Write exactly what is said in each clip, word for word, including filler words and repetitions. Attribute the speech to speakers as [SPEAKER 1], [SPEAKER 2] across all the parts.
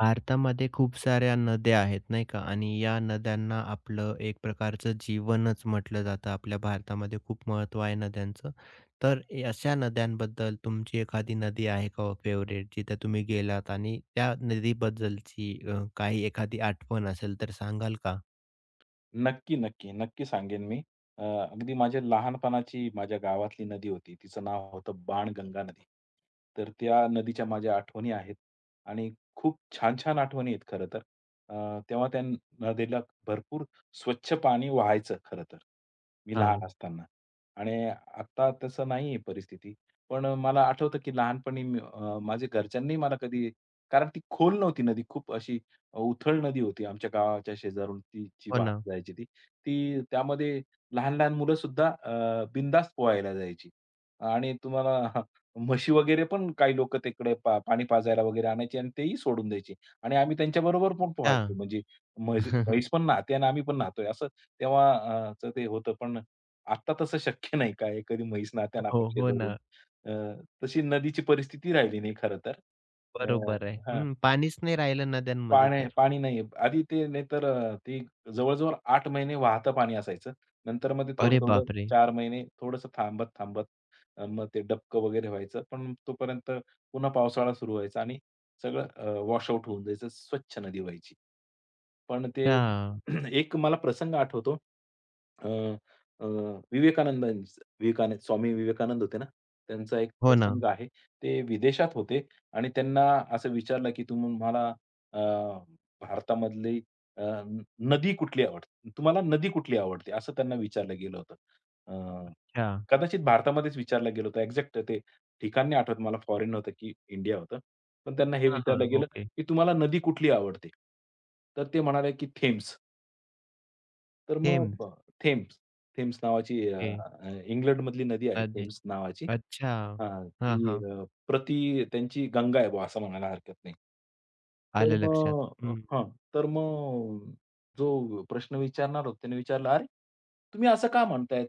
[SPEAKER 1] भारतामध्ये खूप साऱ्या नद्या आहेत, नाही का? आणि या नद्यांना आपलं एक प्रकारचं जीवनच म्हटलं जातं. आपल्या भारतामध्ये खूप महत्त्व आहे नद्यांचं. तर ए अशा नद्यांबद्दल तुमची एखादी नदी आहे का हो फेव्हरेट, जिथे तुम्ही गेलात आणि त्या नदीबद्दलची अ, काही एखादी आठवण असेल तर सांगाल का?
[SPEAKER 2] नक्की, नक्की. नक्की सांगेन मी. अ, अगदी माझ्या लहानपणाची माझ्या गावातली नदी होती. तिचं नाव होतं बाणगंगा नदी. तर त्या नदीच्या माझ्या आठवणी आहेत आणि खूप छान-छान आठवणी आहेत खरं तर. अ, तेव्हा त्या नदीला भरपूर स्वच्छ पाणी वाहायचं खरं तर, मी लहान
[SPEAKER 1] हां,
[SPEAKER 2] असताना आणि आता तसं नाहीये परिस्थिती. पण मला आठवतं की लहानपणी मी अ, माझ्या घरच्यांनी मला कधी कारण ती खोल नव्हती नदी, खूप अशी उथळ नदी होती आमच्या गावाच्या शेजारून तिची
[SPEAKER 1] हो ना.
[SPEAKER 2] वाहत जायची ती. ती त्यामध्ये लहान-लहान मुलंसुद्धा अ, बिंदास्त पोहायला जायची. आणि तुम्हाला म्हशी वगैरे पण काही लोक तिकडे पा पाणी पाजायला वगैरे आणायची आणि तेही सोडून द्यायची. आणि आम्ही त्यांच्याबरोबर पण पोहायचो.
[SPEAKER 1] अच्छा.
[SPEAKER 2] म्हणजे म्हैस म्हैस पण नाहते आणि आम्ही पण नाहतोय असं तेव्हा अ, चं ते होतं. पण आत्ता तसं शक्य नाही. काय कधी म्हैस नाहते आणि आपण
[SPEAKER 1] हो, हो
[SPEAKER 2] शेजारून.
[SPEAKER 1] ना.
[SPEAKER 2] अ, तशी नदीची परिस्थिती राहिली नाही खरं तर. अ,
[SPEAKER 1] बरोबर आहे.
[SPEAKER 2] हां.
[SPEAKER 1] हं, पाणीच नाही राहिलं नद्यांमध्ये
[SPEAKER 2] पाणी
[SPEAKER 1] तर.
[SPEAKER 2] पाणी नाही आधी ते नाहीतर अ, ते जवळ-जवळ आठ महिने वाहतं पाणी असायचं. नंतर मग ते
[SPEAKER 1] अरे
[SPEAKER 2] थोडं-थोडं
[SPEAKER 1] बापरे!
[SPEAKER 2] चार महिने थोडंसं थांबत-थांबत अ, मग ते डबकं वगैरे व्हायचं. पण तोपर्यंत पुन्हा पावसाळा सुरू व्हायचा आणि सगळं अ, वॉश आउट होऊन जायचं. स्वच्छ नदी व्हायची. पण ते
[SPEAKER 1] अच्छा.
[SPEAKER 2] एक मला प्रसंग आठवतो. अ, अ, विवेकानंदांच विवेकानंद स्वामी विवेकानंद होते ना, त्यांचा एक
[SPEAKER 1] हो ना.
[SPEAKER 2] प्रसंग आहे. ते विदेशात होते आणि त्यांना असं विचारलं, की तुम्हाला अ, भारतामधली अ, न नदी कुठली आवडते? तुम्हाला नदी कुठली आवडते? असं त्यांना विचारलं गेलं होतं. अ,
[SPEAKER 1] अच्छा.
[SPEAKER 2] कदाचित भारतामध्येच विचारलं गेलं होतं. एक्झॅक्ट ते ठिकाण नाही आठवत मला, फॉरेन नव्हतं की इंडिया होतं. पण त्यांना हे
[SPEAKER 1] हां,
[SPEAKER 2] विचारलं
[SPEAKER 1] हां.
[SPEAKER 2] गेलं,
[SPEAKER 1] ओके.
[SPEAKER 2] की "तुम्हाला नदी कुठली आवडते?" तर ते म्हणाले, की "थेम्स." तर मग
[SPEAKER 1] थेम्स.
[SPEAKER 2] ब थेम्स, थेम्स नावाची अ,
[SPEAKER 1] ओके.
[SPEAKER 2] अ, इंग्लंडमधली नदी आहे
[SPEAKER 1] नदी.
[SPEAKER 2] थेम्स नावाची.
[SPEAKER 1] अच्छा.
[SPEAKER 2] हां,
[SPEAKER 1] हां,
[SPEAKER 2] ती
[SPEAKER 1] हां.
[SPEAKER 2] अ, प्रति त्यांची गंगा आहे बुवा असं म्हणायला हरकत नाही. तर
[SPEAKER 1] आलं लक्षात. हं.
[SPEAKER 2] मग अ, तर मग जो प्रश्न विचारणार होता त्याने विचारला, "अरे, तुम्ही असं का म्हणताय?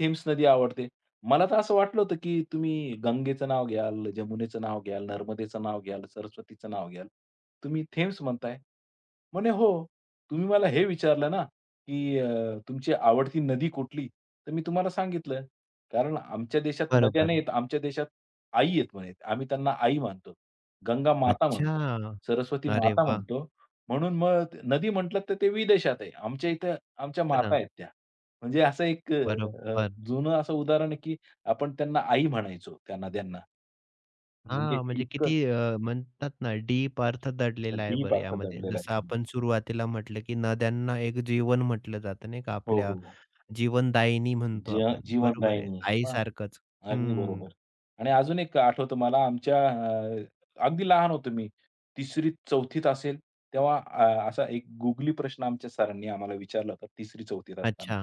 [SPEAKER 2] थेम्स नदी आवडते. मला तर असं वाटलं होतं की तुम्ही गंगेचं नाव घ्याल, जमुनेचं नाव घ्याल, नर्मदेचं नाव घ्याल, सरस्वतीचं नाव घ्याल. तुम्ही थेम्स म्हणताय." म्हणे, "हो, तुम्ही मला हे विचारलं ना, की अ, तुमची आवडती नदी कुठली? तर मी तुम्हाला सांगितलं. कारण आमच्या देशात नद्या
[SPEAKER 1] बरोबर.
[SPEAKER 2] नाहीयेत, आमच्या देशात आई आहेत म्हणे. आम्ही त्यांना आई मानतो. गंगा माता म्हणतो.
[SPEAKER 1] अच्छा.
[SPEAKER 2] सरस्वती
[SPEAKER 1] अरे
[SPEAKER 2] माता
[SPEAKER 1] वाह!
[SPEAKER 2] म्हणतो. म्हणून मग ते- नदी म्हटलं तर ते विदेशात आहे. आमच्या इथं आमच्या
[SPEAKER 1] हो
[SPEAKER 2] माता
[SPEAKER 1] ना.
[SPEAKER 2] आहेत त्या. म्हणजे असं एक अ, अ,
[SPEAKER 1] बरोबर.
[SPEAKER 2] जुनं असं उदाहरण आहे की आपण त्यांना आई म्हणायचो त्या नद्यांना. म्हणजे
[SPEAKER 1] हां, म्हणजे किती
[SPEAKER 2] इतकं
[SPEAKER 1] अ, म्हणतात ना डीप अर्थ दडलेला आहे
[SPEAKER 2] डीप
[SPEAKER 1] बरं
[SPEAKER 2] अर्थ
[SPEAKER 1] यामध्ये.
[SPEAKER 2] दडलेला
[SPEAKER 1] जसं
[SPEAKER 2] आहे.
[SPEAKER 1] आपण सुरुवातीला म्हटलं, की नद्यांना एक जीवन म्हटलं जातं नाही का
[SPEAKER 2] हो,
[SPEAKER 1] आपल्या
[SPEAKER 2] हो. हो.
[SPEAKER 1] जीवनदायिनी म्हणतो
[SPEAKER 2] जी
[SPEAKER 1] आपण. बरोबर आहे.
[SPEAKER 2] जीवनदायिनी.
[SPEAKER 1] आईसारखंच.
[SPEAKER 2] अगदी
[SPEAKER 1] हं.
[SPEAKER 2] बरोबर. आणि अजून एक आठवतं मला आमच्या अ, अगदी लहान होतो मी तिसरी-चौथीत असेल तेव्हा अ, असा एक गुगली प्रश्न आमच्या सरांनी आम्हाला विचारला होता तिसरी-चौथीत असताना.
[SPEAKER 1] अच्छा.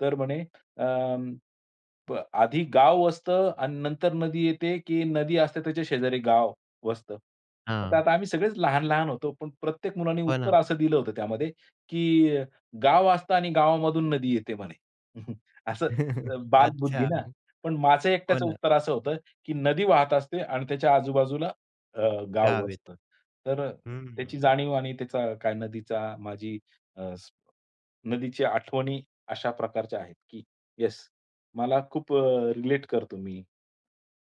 [SPEAKER 2] तर म्हणे प आधी गाव वसतं आणि नंतर नदी येते, की नदी असते त्याच्या शेजारी गाव वसतं. तर
[SPEAKER 1] हां.
[SPEAKER 2] आता आम्ही सगळेच लहान-लहान होतो, पण प्रत्येक मुलाने
[SPEAKER 1] हो
[SPEAKER 2] उत्तर
[SPEAKER 1] ना.
[SPEAKER 2] असं दिलं होतं त्यामध्ये, की गाव असतं आणि गावामधून नदी येते म्हणे. असं अ, बालबुद्धी ना.
[SPEAKER 1] अच्छा.
[SPEAKER 2] पण माझं
[SPEAKER 1] हो
[SPEAKER 2] एकट्याचं
[SPEAKER 1] ना.
[SPEAKER 2] उत्तर असं होतं, की नदी वाहत असते आणि त्याच्या आजूबाजूला अ, गाव
[SPEAKER 1] गाव येतं.
[SPEAKER 2] वसतं. तर त्याची
[SPEAKER 1] हं.
[SPEAKER 2] जाणीव आणि त्याचा काय नदीचा माझी अ, स नदीची आठवणी अशा प्रकारच्या आहेत, की येस, मला खूप रिलेट करतो मी.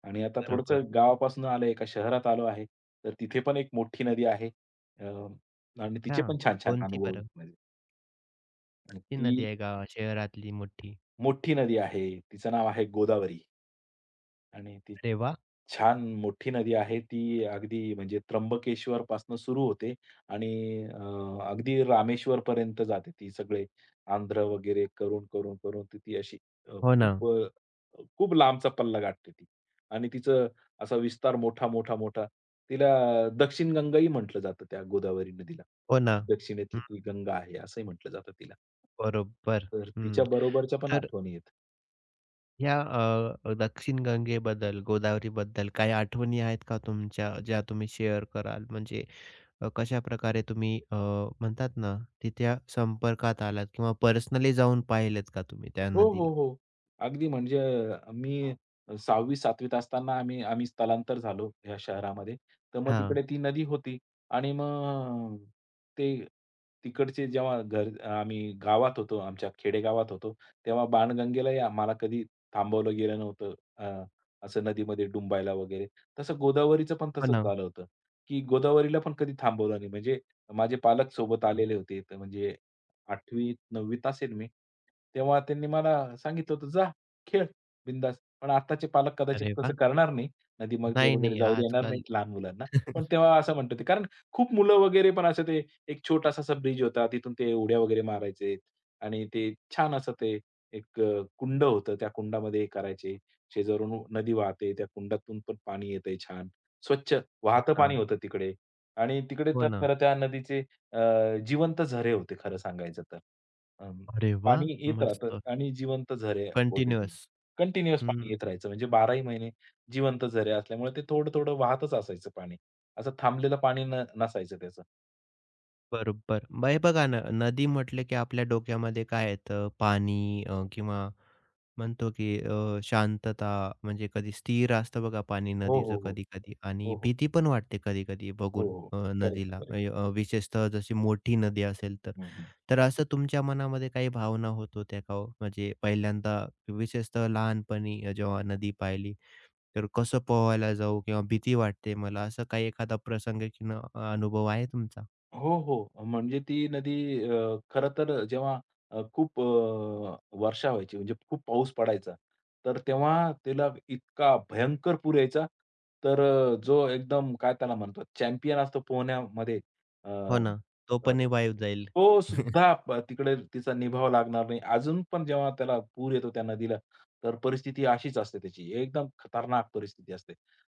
[SPEAKER 2] आणि आता
[SPEAKER 1] बरोबर.
[SPEAKER 2] थोडंसं गावापासून आलोय, एका शहरात आलो आहे. तर तिथे पण एक मोठी नदी आहे. अ, आणि तिचे
[SPEAKER 1] हां.
[SPEAKER 2] पण छान-छान
[SPEAKER 1] कोणती
[SPEAKER 2] अनुभव आहेत
[SPEAKER 1] बरं?
[SPEAKER 2] माझे.
[SPEAKER 1] मोठी नदी
[SPEAKER 2] ती
[SPEAKER 1] आहे गावा शहरातली मोठी.
[SPEAKER 2] मोठी नदी आहे. तिचं नाव आहे गोदावरी. आणि ती
[SPEAKER 1] अरे वाह!
[SPEAKER 2] छान मोठी नदी आहे. ती अगदी म्हणजे त्र्यंबकेश्वरपासून सुरू होते आणि अ, अगदी रामेश्वरपर्यंत जाते. ती सगळे आंध्र वगैरे करून, करून, करून ती ती अशी अ,
[SPEAKER 1] हो ना,
[SPEAKER 2] खूप अ, खूप लांबचा पल्ला गाठते ती. आणि तिचं असा विस्तार मोठा, मोठा, मोठा तिला दक्षिण गंगाही म्हटलं जातं त्या गोदावरी नदीला.
[SPEAKER 1] हो ना.
[SPEAKER 2] दक्षिणेतली
[SPEAKER 1] हं,
[SPEAKER 2] ती गंगा आहे असंही म्हटलं जातं तिला.
[SPEAKER 1] बरोबर.
[SPEAKER 2] तर तिच्या
[SPEAKER 1] हं.
[SPEAKER 2] बरोबरच्या पण
[SPEAKER 1] तर
[SPEAKER 2] आठवणी आहेत.
[SPEAKER 1] ह्या अ, दक्षिण गंगेबद्दल, गोदावरीबद्दल काही आठवणी आहेत का तुमच्या, ज्या तुम्ही शेअर कराल? म्हणजे अ, कशाप्रकारे तुम्ही अ, म्हणतात ना, तिथे संपर्कात आलात किंवा पर्सनली जाऊन पाहिलेत का तुम्ही त्या
[SPEAKER 2] हो, हो,
[SPEAKER 1] नदीला?
[SPEAKER 2] हो. अगदी म्हणजे अ, मी सहावी-सातवीत असताना आम्ही आम्ही स्थलांतर झालो ह्या शहरामध्ये. तर मग
[SPEAKER 1] हां,
[SPEAKER 2] तिकडे ती नदी होती आणि मग ते तिकडचे जेव्हा घर आम्ही गावात होतो, आमच्या खेडेगावात होतो, तेव्हा बाणगंगेलाही आम्हाला कधी थांबवलं गेलं नव्हतं. अ, असं नदीमध्ये डुंबायला वगैरे. तसं गोदावरीचं पण
[SPEAKER 1] हो
[SPEAKER 2] तसंच
[SPEAKER 1] ना.
[SPEAKER 2] झालं होतं, की गोदावरीला पण कधी थांबवलं नाही. म्हणजे माझे पालक सोबत
[SPEAKER 1] हां,
[SPEAKER 2] आलेले होते. तर म्हणजे आठवी-नववी त असेल मी. तेव्हा त्यांनी मला सांगितलं होतं, "जा खेळ बिंदास." पण आत्ताचे पालक कदाचित
[SPEAKER 1] अरे
[SPEAKER 2] तसं
[SPEAKER 1] वाह!
[SPEAKER 2] करणार नाही. नदीमध्ये
[SPEAKER 1] नाही,
[SPEAKER 2] वगैरे
[SPEAKER 1] नाही
[SPEAKER 2] जाऊ देणार
[SPEAKER 1] आजकाल
[SPEAKER 2] नाहीत लहान मुलांना. पण तेव्हा असं म्हणत होते. कारण खूप मुलं वगैरे पण असं ते एक छोटासा असा ब्रिज होता. तिथून ते उड्या वगैरे मारायचे आणि ते छान असं ते एक अ, कुंड होतं. त्या कुंडामध्ये हे करायचे. शेजारून नदी वाहते. त्या कुंडातून पण पाणी येतंय छान. स्वच्छ
[SPEAKER 1] हो
[SPEAKER 2] वाहतं पाणी
[SPEAKER 1] ना,
[SPEAKER 2] होतं तिकडे आणि तिकडे
[SPEAKER 1] हो
[SPEAKER 2] तर
[SPEAKER 1] ना.
[SPEAKER 2] खरं त्या नदीचे अ, जिवंत झरे होते खरं सांगायचं तर. अ,
[SPEAKER 1] अरे
[SPEAKER 2] पाणी
[SPEAKER 1] वाह!
[SPEAKER 2] येत राहतं
[SPEAKER 1] मस्त
[SPEAKER 2] आणि जिवंत झरे होते ते.
[SPEAKER 1] कंटिन्यूअस.
[SPEAKER 2] कंटिन्युअस
[SPEAKER 1] हं.
[SPEAKER 2] पाणी येत राहायचं म्हणजे बाराही महिने जिवंत झरे असल्यामुळे ते थोडं-थोडं वाहतच असायचं पाणी. असं थांबलेलं पाणी न नसायचं त्याचं.
[SPEAKER 1] बरोबर. मग हे बघा ना, नदी म्हटलं की आपल्या डोक्यामध्ये काय येतं? पाणी अ, किंवा म्हणतो की अ, शांतता म्हणजे कधी स्थिर असतं बघा पाणी
[SPEAKER 2] हो,
[SPEAKER 1] नदीचं
[SPEAKER 2] हो, हो.
[SPEAKER 1] कधी-कधी आणि
[SPEAKER 2] हो, हो.
[SPEAKER 1] भीती पण वाटते कधी-कधी
[SPEAKER 2] हो,
[SPEAKER 1] बघून
[SPEAKER 2] हो.
[SPEAKER 1] अ,
[SPEAKER 2] करेक्ट,
[SPEAKER 1] नदीला
[SPEAKER 2] करेक्ट.
[SPEAKER 1] अय अ, विशेषतः जशी मोठी नदी असेल तर. तर असं तुमच्या मनामध्ये काही भावना होत होत्या का हो? म्हणजे पहिल्यांदा विशेषतः लहानपणी अ, जेव्हा नदी पाहिली, तर कसं पोहायला जाऊ किंवा भीती वाटते मला, असं काही एखादा प्रसंग किंवा अनुभव आहे तुमचा?
[SPEAKER 2] हो, हो. म्हणजे ती नदी अ, खरं तर जेव्हा अ, खूप अ, वर्षा व्हायची म्हणजे खूप पाऊस पडायचा, तर तेव्हा तिला इतका भयंकर पूर यायचा, तर अ, जो एकदम काय त्याला म्हणतो चॅम्पियन असतो पोहण्यामध्ये अ,
[SPEAKER 1] हो ना. तो
[SPEAKER 2] अ
[SPEAKER 1] पण रिवाईव्ह जाईल.
[SPEAKER 2] तो सुद्धा प तिकडे तिचा निभाव लागणार नाही. अजून पण जेव्हा त्याला पूर येतो त्या नदीला, तर परिस्थिती अशीच असते त्याची. एकदम खतरनाक परिस्थिती असते.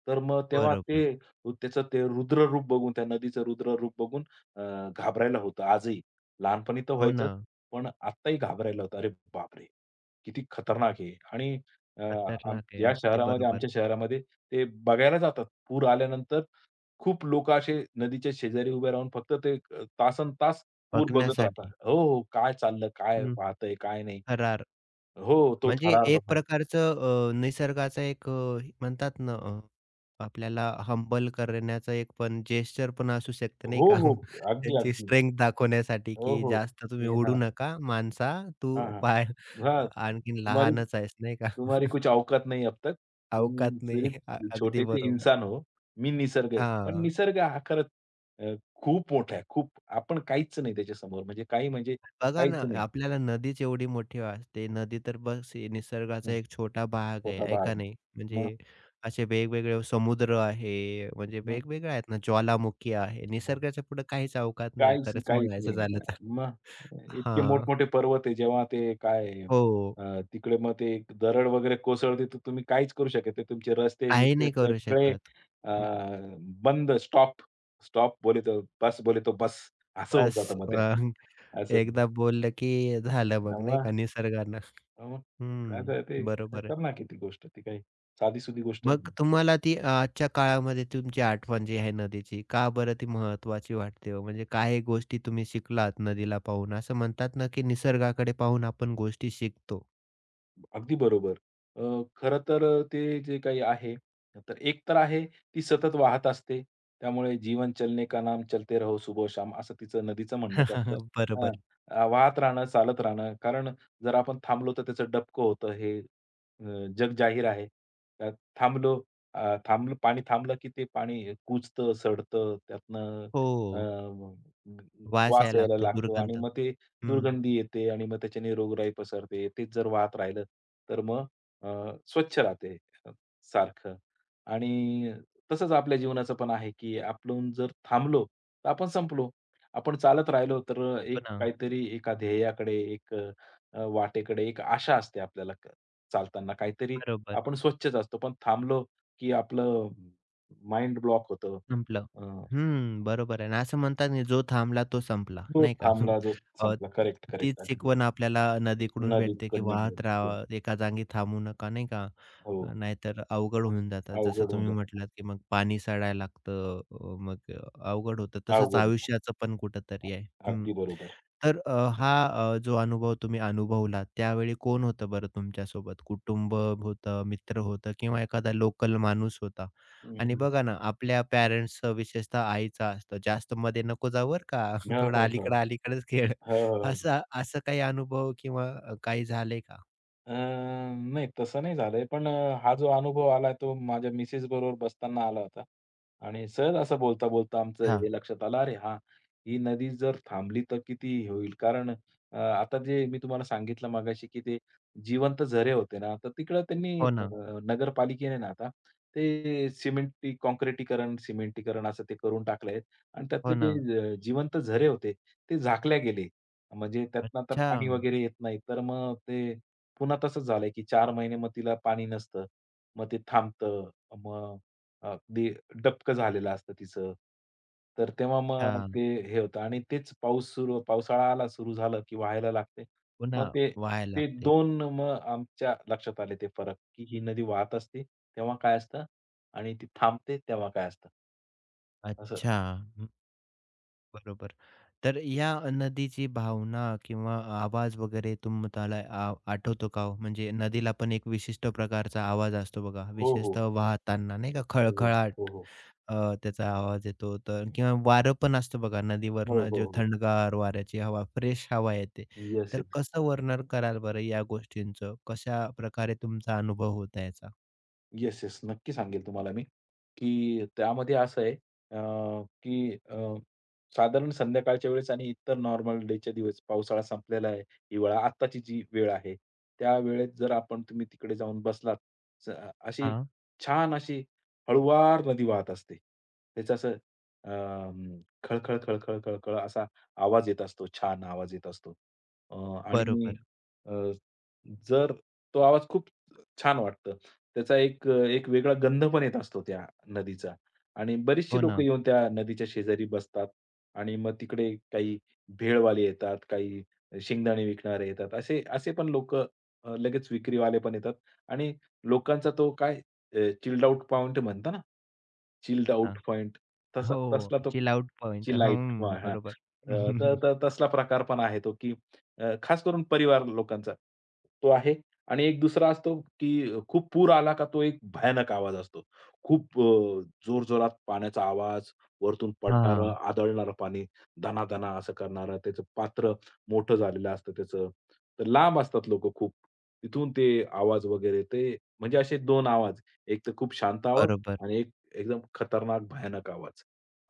[SPEAKER 2] तर मग तेव्हा ते
[SPEAKER 1] बरोबर.
[SPEAKER 2] रु- त्याचं ते रुद्र रूप बघून, त्या नदीचं रुद्र रूप बघून अ, घाबरायला होतं आजही. लहानपणी तर
[SPEAKER 1] हो ना.
[SPEAKER 2] व्हायचंच, पण आत्ताही घाबरायला होतं. अरे बापरे! किती खतरनाक आहे आणि अ, आम
[SPEAKER 1] खतरनाक
[SPEAKER 2] या
[SPEAKER 1] आहे. ते
[SPEAKER 2] शहरामध्ये,
[SPEAKER 1] बरोबर.
[SPEAKER 2] आमच्या शहरामध्ये ते बघायला जातात. पूर आल्यानंतर खूप लोकं असे नदीच्या शेजारी उभे राहून फक्त ते अ, तासनतास पूर बघत राहतात.
[SPEAKER 1] बघण्यासाठी.
[SPEAKER 2] हो, हो. काय चाललं, काय
[SPEAKER 1] हं.
[SPEAKER 2] वाहतंय, काय नाही.
[SPEAKER 1] थरार.
[SPEAKER 2] हो, तो
[SPEAKER 1] म्हणजे
[SPEAKER 2] थरार
[SPEAKER 1] एक
[SPEAKER 2] बघण्यासाठी.
[SPEAKER 1] प्रकारचं अ, निसर्गाचा एक अ, म्हणतात ना अ, आपल्याला हंबल करण्याचा एक पण जेस्चर पण असू शकतं नाही
[SPEAKER 2] हो,
[SPEAKER 1] का?
[SPEAKER 2] हो. अगदी,
[SPEAKER 1] त्यांची
[SPEAKER 2] अगदी.
[SPEAKER 1] स्ट्रेंग्थ दाखवण्यासाठी,
[SPEAKER 2] हो,
[SPEAKER 1] की
[SPEAKER 2] हो.
[SPEAKER 1] जास्त तुम्ही
[SPEAKER 2] की
[SPEAKER 1] उडू
[SPEAKER 2] हां.
[SPEAKER 1] नका माणसा, तू
[SPEAKER 2] हां, हां.
[SPEAKER 1] पाय
[SPEAKER 2] हां.
[SPEAKER 1] आणखीन
[SPEAKER 2] तुम्हारी
[SPEAKER 1] लहानच आहेस नाही का?
[SPEAKER 2] तुम्हारी कुछ औकात नहीं अब तक. तुम
[SPEAKER 1] अवकात नाही. अ
[SPEAKER 2] सिर्फ
[SPEAKER 1] अगदी
[SPEAKER 2] छोटेसे
[SPEAKER 1] बरोबर.
[SPEAKER 2] इंसान हो. मी निसर्ग आहे. पण
[SPEAKER 1] हां.
[SPEAKER 2] निसर्ग हा खरंच अ, खूप मोठा आहे. खूप आपण काहीच नाही त्याच्यासमोर. म्हणजे काही म्हणजे
[SPEAKER 1] बघा ना,
[SPEAKER 2] काहीच नाही.
[SPEAKER 1] आपल्याला नदीच एवढी मोठी वाटते. नदी तर बस हे निसर्गाचा
[SPEAKER 2] हं.
[SPEAKER 1] एक छोटा भाग आहे,
[SPEAKER 2] छोटा
[SPEAKER 1] आहे
[SPEAKER 2] भाग
[SPEAKER 1] का
[SPEAKER 2] आहे.
[SPEAKER 1] नाही?
[SPEAKER 2] मग,
[SPEAKER 1] म्हणजे असे वेगवेगळे समुद्र आहे, म्हणजे
[SPEAKER 2] मग,
[SPEAKER 1] वेगवेगळे आहेत ना, ज्वालामुखी आहे.
[SPEAKER 2] मग.
[SPEAKER 1] निसर्गाच्या पुढे काहीच अवकात नाही आहे,
[SPEAKER 2] काहीच
[SPEAKER 1] खरंच
[SPEAKER 2] काहीच
[SPEAKER 1] म्हणायचं
[SPEAKER 2] नाही.
[SPEAKER 1] झालं तर.
[SPEAKER 2] मग इतके
[SPEAKER 1] हां,
[SPEAKER 2] मोठमोठे पर्वत आहे, जेव्हा ते काय
[SPEAKER 1] हो.
[SPEAKER 2] अ, तिकडे मग ते एक दरड वगैरे कोसळते, तर तुम्ही काहीच करू शकत नाही. तुमचे
[SPEAKER 1] काही
[SPEAKER 2] रस्ते-बिस्ते
[SPEAKER 1] नाही करू
[SPEAKER 2] सगळे
[SPEAKER 1] शकत.
[SPEAKER 2] अ,
[SPEAKER 1] हं,
[SPEAKER 2] बंद स्टॉप. स्टॉप बोले तो बस बोले तो बस असं होऊन
[SPEAKER 1] बस
[SPEAKER 2] जातं मग ते.
[SPEAKER 1] अ,
[SPEAKER 2] असं.
[SPEAKER 1] एकदा बोललं की झालं मग नाही
[SPEAKER 2] मग
[SPEAKER 1] का निसर्गानं.
[SPEAKER 2] मग
[SPEAKER 1] हं,
[SPEAKER 2] असं ते
[SPEAKER 1] बरोबर आहे.
[SPEAKER 2] खतरनाक आहे ती गोष्ट. ती काही साधी-सुधी गोष्ट
[SPEAKER 1] मग
[SPEAKER 2] नाही.
[SPEAKER 1] तुम्हाला ती अ, आजच्या काळामध्ये तुमची आठवण जी आहे नदीची, का बरं ती महत्त्वाची वाटते हो? म्हणजे काही गोष्टी तुम्ही शिकलात नदीला पाहून. असं म्हणतात ना, की निसर्गाकडे पाहून आपण गोष्टी शिकतो.
[SPEAKER 2] अगदी बरोबर. अ, खरं तर ते जे काही आहे, तर एक तर आहे ती सतत वाहत असते. त्यामुळे जीवन चलने का नाम चलते रहो सुबह-शाम असं तिचं नदीचं म्हणणंच असतं. हां,
[SPEAKER 1] बरोबर.
[SPEAKER 2] अ, वाहत राहणं, चालत राहणं. कारण जर आपण थांबलो तर त्याचं डबकं होतं हे अ, जग जाहीर आहे. त्यात थांबलो अ, थांबलं पाणी थांबलं की ते पाणी कुजतं, सडतं. त्यातनं अ,
[SPEAKER 1] हो. वास
[SPEAKER 2] वास
[SPEAKER 1] यायला
[SPEAKER 2] यायला
[SPEAKER 1] लागतो,
[SPEAKER 2] लागतो आणि
[SPEAKER 1] दुर्गंध.
[SPEAKER 2] मग ते
[SPEAKER 1] हं.
[SPEAKER 2] दुर्गंधी येते आणि मग त्याच्याने रोगराई पसरते. तेच जर वाहत राहिलं, तर मग अ, स्वच्छ राहते अ, सारखं. आणि तसंच आपल्या जीवनाचं पण आहे, की आपण जर थांबलो, तर आपण संपलो. आपण चालत राहिलो, तर अ, एक
[SPEAKER 1] हो ना.
[SPEAKER 2] काहीतरी एका ध्येयाकडे, एक अ, वाटेकडे एक आशा असते आपल्याला क चालताना. काहीतरी
[SPEAKER 1] बरोबर.
[SPEAKER 2] आपण स्वच्छच असतो, पण थांबलो, की आपलं माइंड ब्लॉक होतं.
[SPEAKER 1] संपलं.
[SPEAKER 2] अ,
[SPEAKER 1] हं, बरोबर आहे. आणि असं म्हणतात ना, जो थांबला तो संपला,
[SPEAKER 2] जो
[SPEAKER 1] नाही का?
[SPEAKER 2] थांबला, जो
[SPEAKER 1] अ,
[SPEAKER 2] संपला. करेक्ट,
[SPEAKER 1] तीच
[SPEAKER 2] करेक्ट. अगदी.
[SPEAKER 1] शिकवण आपल्याला नदीकडून
[SPEAKER 2] नदीत
[SPEAKER 1] भेटते, की
[SPEAKER 2] कडनं
[SPEAKER 1] वाहत राहावा, एका जागी थांबू नका, नाही का? अ,
[SPEAKER 2] हो.
[SPEAKER 1] नाहीतर अवघड होऊन जातात. जसं
[SPEAKER 2] अवघड होऊन
[SPEAKER 1] तुम्ही
[SPEAKER 2] जातं.
[SPEAKER 1] म्हटलात, की मग पाणी सडायला लागतं. अ, मग अ, अवघड होतं. तसंच
[SPEAKER 2] अवघड.
[SPEAKER 1] आयुष्याचं पण कुठेतरी आहे. हं.
[SPEAKER 2] अगदी बरोबर.
[SPEAKER 1] तर अ, हा अ, जो अनुभव तुम्ही अनुभवला, त्यावेळी कोण होतं बरं तुमच्यासोबत? कुटुंब होतं, मित्र होतं किंवा एखादा लोकल माणूस होता? आणि
[SPEAKER 2] हं.
[SPEAKER 1] बघा ना, आपल्या पॅरेंट्सचं विशेषतः आईचं असतं, जास्त मध्ये नको जाऊ बरं का,
[SPEAKER 2] हं,
[SPEAKER 1] थोडा
[SPEAKER 2] हं. हं,
[SPEAKER 1] अलीकडं-अलीकडंच खेळ.
[SPEAKER 2] हं, हं.
[SPEAKER 1] असा असा काही अनुभव किंवा अ, काही झालंय का?
[SPEAKER 2] अ, नाही तसं नाही झालंय, पण अ, हा जो अनुभव आला तो माझ्या मिसेस बरोबर बसताना आला होता. आणि सहज असं बोलता-बोलता आमचं
[SPEAKER 1] हां.
[SPEAKER 2] हे लक्षात आलं, "अरे हां, ही नदी जर थांबली तर किती हे होईल?" कारण अ, आता जे मी तुम्हाला सांगितलं मगाशी, की ते जिवंत झरे होते ना, तर तिकडं त्यांनी
[SPEAKER 1] हो
[SPEAKER 2] अ,
[SPEAKER 1] ना.
[SPEAKER 2] नगरपालिकेने ना आता ते सिमेंटी काँक्रिटीकरण, सिमेंटीकरण असं ते करून टाकलंय आणि
[SPEAKER 1] हो
[SPEAKER 2] त्यातले
[SPEAKER 1] ना.
[SPEAKER 2] जे अ, जिवंत झरे होते ते झाकल्या गेले. म्हणजे त्यातनं आता
[SPEAKER 1] अच्छा,
[SPEAKER 2] पाणी वगैरे येत नाही. तर मग ते पुन्हा तसंच झालंय, की चार महिने मग तिला पाणी नसतं. मग ते थांबतं. मग अगदी डबकं झालेलं असतं तिचं. तर तेव्हा मग
[SPEAKER 1] अच्छा.
[SPEAKER 2] ते हे होतं आणि तेच पाऊस सुरू पावसाळा आला, सुरू झालं, की वाहायला लागते.
[SPEAKER 1] पुन्हा
[SPEAKER 2] मग ते
[SPEAKER 1] वाहायला
[SPEAKER 2] ते
[SPEAKER 1] लागते.
[SPEAKER 2] दोन मग आमच्या लक्षात आले ते फरक, की ही नदी वाहत असते तेव्हा काय असतं आणि ती थांबते तेव्हा काय असतं. असं.
[SPEAKER 1] अच्छा. हं, बरोबर. तर या नदीची भावना किंवा आवाज वगैरे तुम्हाला आ आठवतो का हो? म्हणजे नदीला पण एक विशिष्ट प्रकारचा आवाज असतो बघा,
[SPEAKER 2] हो, हो.
[SPEAKER 1] विशेषतः वाहताना नाही का
[SPEAKER 2] हो, हो.
[SPEAKER 1] खळखळाट
[SPEAKER 2] हो, हो.
[SPEAKER 1] अ, त्याचा आवाज येतो. तर किंवा वारं पण असतं बघा
[SPEAKER 2] हो,
[SPEAKER 1] नदीवरनं
[SPEAKER 2] हो,
[SPEAKER 1] जे
[SPEAKER 2] हो.
[SPEAKER 1] थंडगार वाऱ्याची हवा, फ्रेश हवा येते.
[SPEAKER 2] येस.
[SPEAKER 1] तर कसं वर्णन कराल बरं या गोष्टींचं? कशा प्रकारे तुमचा अनुभव होता याचा?
[SPEAKER 2] Yes, yes. नक्की सांगेल तुम्हाला मी, की त्यामध्ये असं आहे अ, की अ, साधारण संध्याकाळच्या वेळेस आणि इतर नॉर्मल डेच्या दिवस पावसाळा संपलेला आहे, हिवाळा आत्ताची जी वेळ आहे, त्या वेळेत जर आपण तुम्ही तिकडे जाऊन बसलात, स अशी
[SPEAKER 1] हां,
[SPEAKER 2] छान अशी हळूवार नदी वाहत असते. त्याचं असं अं, खळखळ, खळखळ, खळखळ असा आवाज येत असतो, छान आवाज येत असतो. अ, आणि
[SPEAKER 1] बरोबर.
[SPEAKER 2] अ, जर तो आवाज खूप छान वाटतो. त्याचा एक एक वेगळा गंध पण येत असतो त्या नदीचा आणि बरीचशी
[SPEAKER 1] हो
[SPEAKER 2] लोक
[SPEAKER 1] ना.
[SPEAKER 2] येऊन त्या नदीच्या शेजारी बसतात आणि मग तिकडे काही भेळवाले येतात, काही शेंगदाणे विकणारे येतात. असे असे पण लोकं अ, लगेच विक्रीवाले पण येतात आणि लोकांचा तो काय चिल्ड आउट पॉइंट म्हणता ना, चिल्ड
[SPEAKER 1] हां.
[SPEAKER 2] आउट पॉइंट तसा
[SPEAKER 1] हो,
[SPEAKER 2] तसला तो
[SPEAKER 1] chill out point.
[SPEAKER 2] Chill out
[SPEAKER 1] हं, बरोबर.
[SPEAKER 2] अ, तर तर तसला प्रकार पण आहे तो, की अ, खास करून परिवार लोकांचा तो आहे. आणि एक दुसरा असतो, की खूप पूर आला का तो एक भयानक आवाज असतो. खूप जोर जोरात पाण्याचा आवाज, वरतून पडणारं,
[SPEAKER 1] हां,
[SPEAKER 2] आदळणारं पाणी, दना असं करणारं, त्याचं पात्र मोठं झालेलं असतं त्याचं. तर लांब असतात लोकं खूप. तिथून ते आवाज वगैरे ते म्हणजे असे दोन आवाज. एक तर खूप शांत आवाज
[SPEAKER 1] बरोबर.
[SPEAKER 2] आणि एक एकदम खतरनाक भयानक आवाज.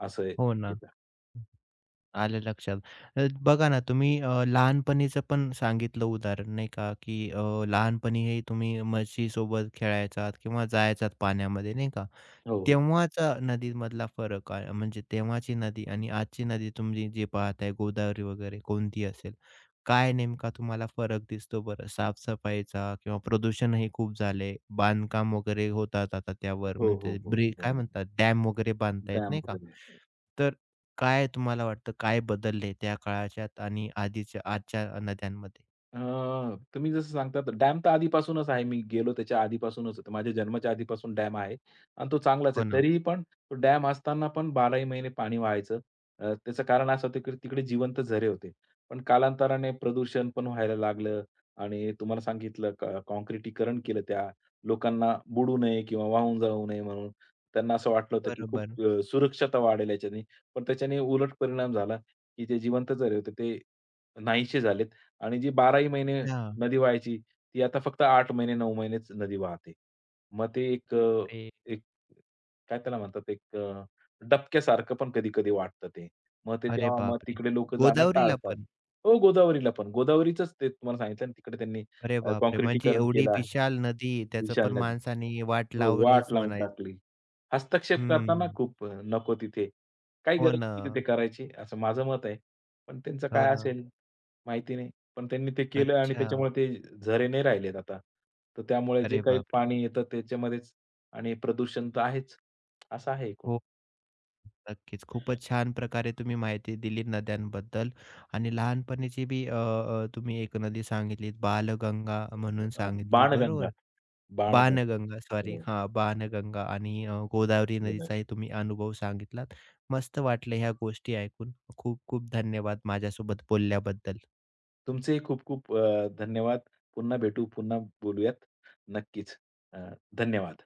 [SPEAKER 2] असं
[SPEAKER 1] हो
[SPEAKER 2] एक
[SPEAKER 1] ना.
[SPEAKER 2] येतं.
[SPEAKER 1] आलं लक्षात. अ, बघा ना तुम्ही अ, लहानपणीचं पण सांगितलं उदाहरण नाही का, की अ, लहानपणीही तुम्ही म्हशीसोबत खेळायचात किंवा जायचात पाण्यामध्ये नाही का?
[SPEAKER 2] हो, हो.
[SPEAKER 1] तेव्हाचा नदीमधला फरक काय? म्हणजे तेव्हाची नदी आणि आजची नदी तुम्ही जी पाहताय गोदावरी वगैरे कोणती असेल, काय नेमका तुम्हाला फरक दिसतो बरं? साफ-सफाईचा किंवा प्रदूषणही खूप झाले, बांधकाम वगैरे होतात आता त्यावर
[SPEAKER 2] हो, हो,
[SPEAKER 1] म्हणजे
[SPEAKER 2] हो.
[SPEAKER 1] ब्रि काय
[SPEAKER 2] बरोबर.
[SPEAKER 1] म्हणतात डॅम वगैरे बांधतायत
[SPEAKER 2] डॅम
[SPEAKER 1] नाही का?
[SPEAKER 2] वगैरे.
[SPEAKER 1] तर काय तुम्हाला वाटतं काय बदलले त्या काळाच्यात आणि आधीच्या आजच्या नद्यांमध्ये?
[SPEAKER 2] अ, तुम्ही जसं सांगतात डॅम तर आधीपासूनच आहे. मी गेलो त्याच्या आधीपासूनच होतं. माझ्या जन्माच्या आधीपासून डॅम आहे आणि तो चांगलाच
[SPEAKER 1] हो
[SPEAKER 2] आहे.
[SPEAKER 1] ना.
[SPEAKER 2] तरीही पण तो डॅम असताना पण बाराही महिने पाणी वाहायचं. अ, त्याचं कारण असं होतं, की तिकडे जिवंत झरे होते. पण कालांतराने प्रदूषण पण व्हायला लागलं आणि तुम्हाला सांगितलं क काँक्रिटीकरण केलं त्या लोकांना बुडू नये किंवा वाहून जाऊ नये म्हणून. त्यांना असं वाटलं होतं, की खूप
[SPEAKER 1] बरोबर.
[SPEAKER 2] अ, सुरक्षता वाढेल याच्याने. पण त्याच्याने उलट परिणाम झाला, की जे जिवंत झरे होते ते नाहीसे झालेत. आणि जी बाराही महिने
[SPEAKER 1] अच्छा.
[SPEAKER 2] नदी वाहायची, ती आता फक्त आठ महिने, नऊ महिनेच नदी वाहते. मग ते एक अ,
[SPEAKER 1] अरे,
[SPEAKER 2] एक काय त्याला म्हणतात एक अ, डबक्यासारखं पण कधी-कधी वाटतं ते. मग ते
[SPEAKER 1] अरे
[SPEAKER 2] तेव्हा मग
[SPEAKER 1] बापरे!
[SPEAKER 2] तिकडे लोकं जाणं
[SPEAKER 1] गोदावरीला
[SPEAKER 2] टाळतात.
[SPEAKER 1] पण?
[SPEAKER 2] हो, गोदावरीला पण. गोदावरीचंच ते तुम्हाला सांगितलं ना, तिकडे त्यांनी
[SPEAKER 1] अरे
[SPEAKER 2] अ,
[SPEAKER 1] बापरे! म्हणजे
[SPEAKER 2] काँक्रिटीकरण
[SPEAKER 1] एवढी
[SPEAKER 2] केलं आहे.
[SPEAKER 1] विशाल नदी, त्याचं
[SPEAKER 2] विशाल
[SPEAKER 1] पण
[SPEAKER 2] नदी
[SPEAKER 1] माणसाने वाट
[SPEAKER 2] हो,
[SPEAKER 1] लावलीच
[SPEAKER 2] वाट लावून
[SPEAKER 1] म्हणायचं.
[SPEAKER 2] टाकली. हस्तक्षेप करताना
[SPEAKER 1] हं.
[SPEAKER 2] खूप अ, नको तिथे. काही
[SPEAKER 1] हो
[SPEAKER 2] गरज
[SPEAKER 1] ना,
[SPEAKER 2] नाही तिथे करायची, असं माझं मत आहे. पण त्यांचं
[SPEAKER 1] हो
[SPEAKER 2] काय
[SPEAKER 1] ना.
[SPEAKER 2] असेल माहिती नाही. पण त्यांनी ते केलं आणि
[SPEAKER 1] अच्छा.
[SPEAKER 2] त्याच्यामुळे ते झरे नाही राहिलेत आता. तर त्यामुळे जे
[SPEAKER 1] अरे
[SPEAKER 2] काही
[SPEAKER 1] बापरे!
[SPEAKER 2] पाणी येतं त्याच्यामध्येच आणि प्रदूषण तर आहेच. असं आहे एकूण.
[SPEAKER 1] हो, नक्कीच. खूपच छान प्रकारे तुम्ही माहिती दिली नद्यांबद्दल आणि लहानपणीची बी अ, अ, तुम्ही एक नदी सांगितलीत, बालगंगा म्हणून
[SPEAKER 2] अ,
[SPEAKER 1] सांगितली,
[SPEAKER 2] बाणगंगा,
[SPEAKER 1] बरोबर?
[SPEAKER 2] बाणगंगा.
[SPEAKER 1] बाणगंगा सॉरी
[SPEAKER 2] हो,
[SPEAKER 1] हां, बाणगंगा आणि अ, गोदावरी
[SPEAKER 2] बरोबर आहे.
[SPEAKER 1] नदीचाही तुम्ही अनुभव सांगितलात. मस्त वाटलं ह्या गोष्टी ऐकून. खूप खूप धन्यवाद माझ्यासोबत बोलल्याबद्दल.
[SPEAKER 2] तुमचेही खूप खूप अ, धन्यवाद. पुन्हा भेटू, पुन्हा बोलूयात. नक्कीच. अ, धन्यवाद.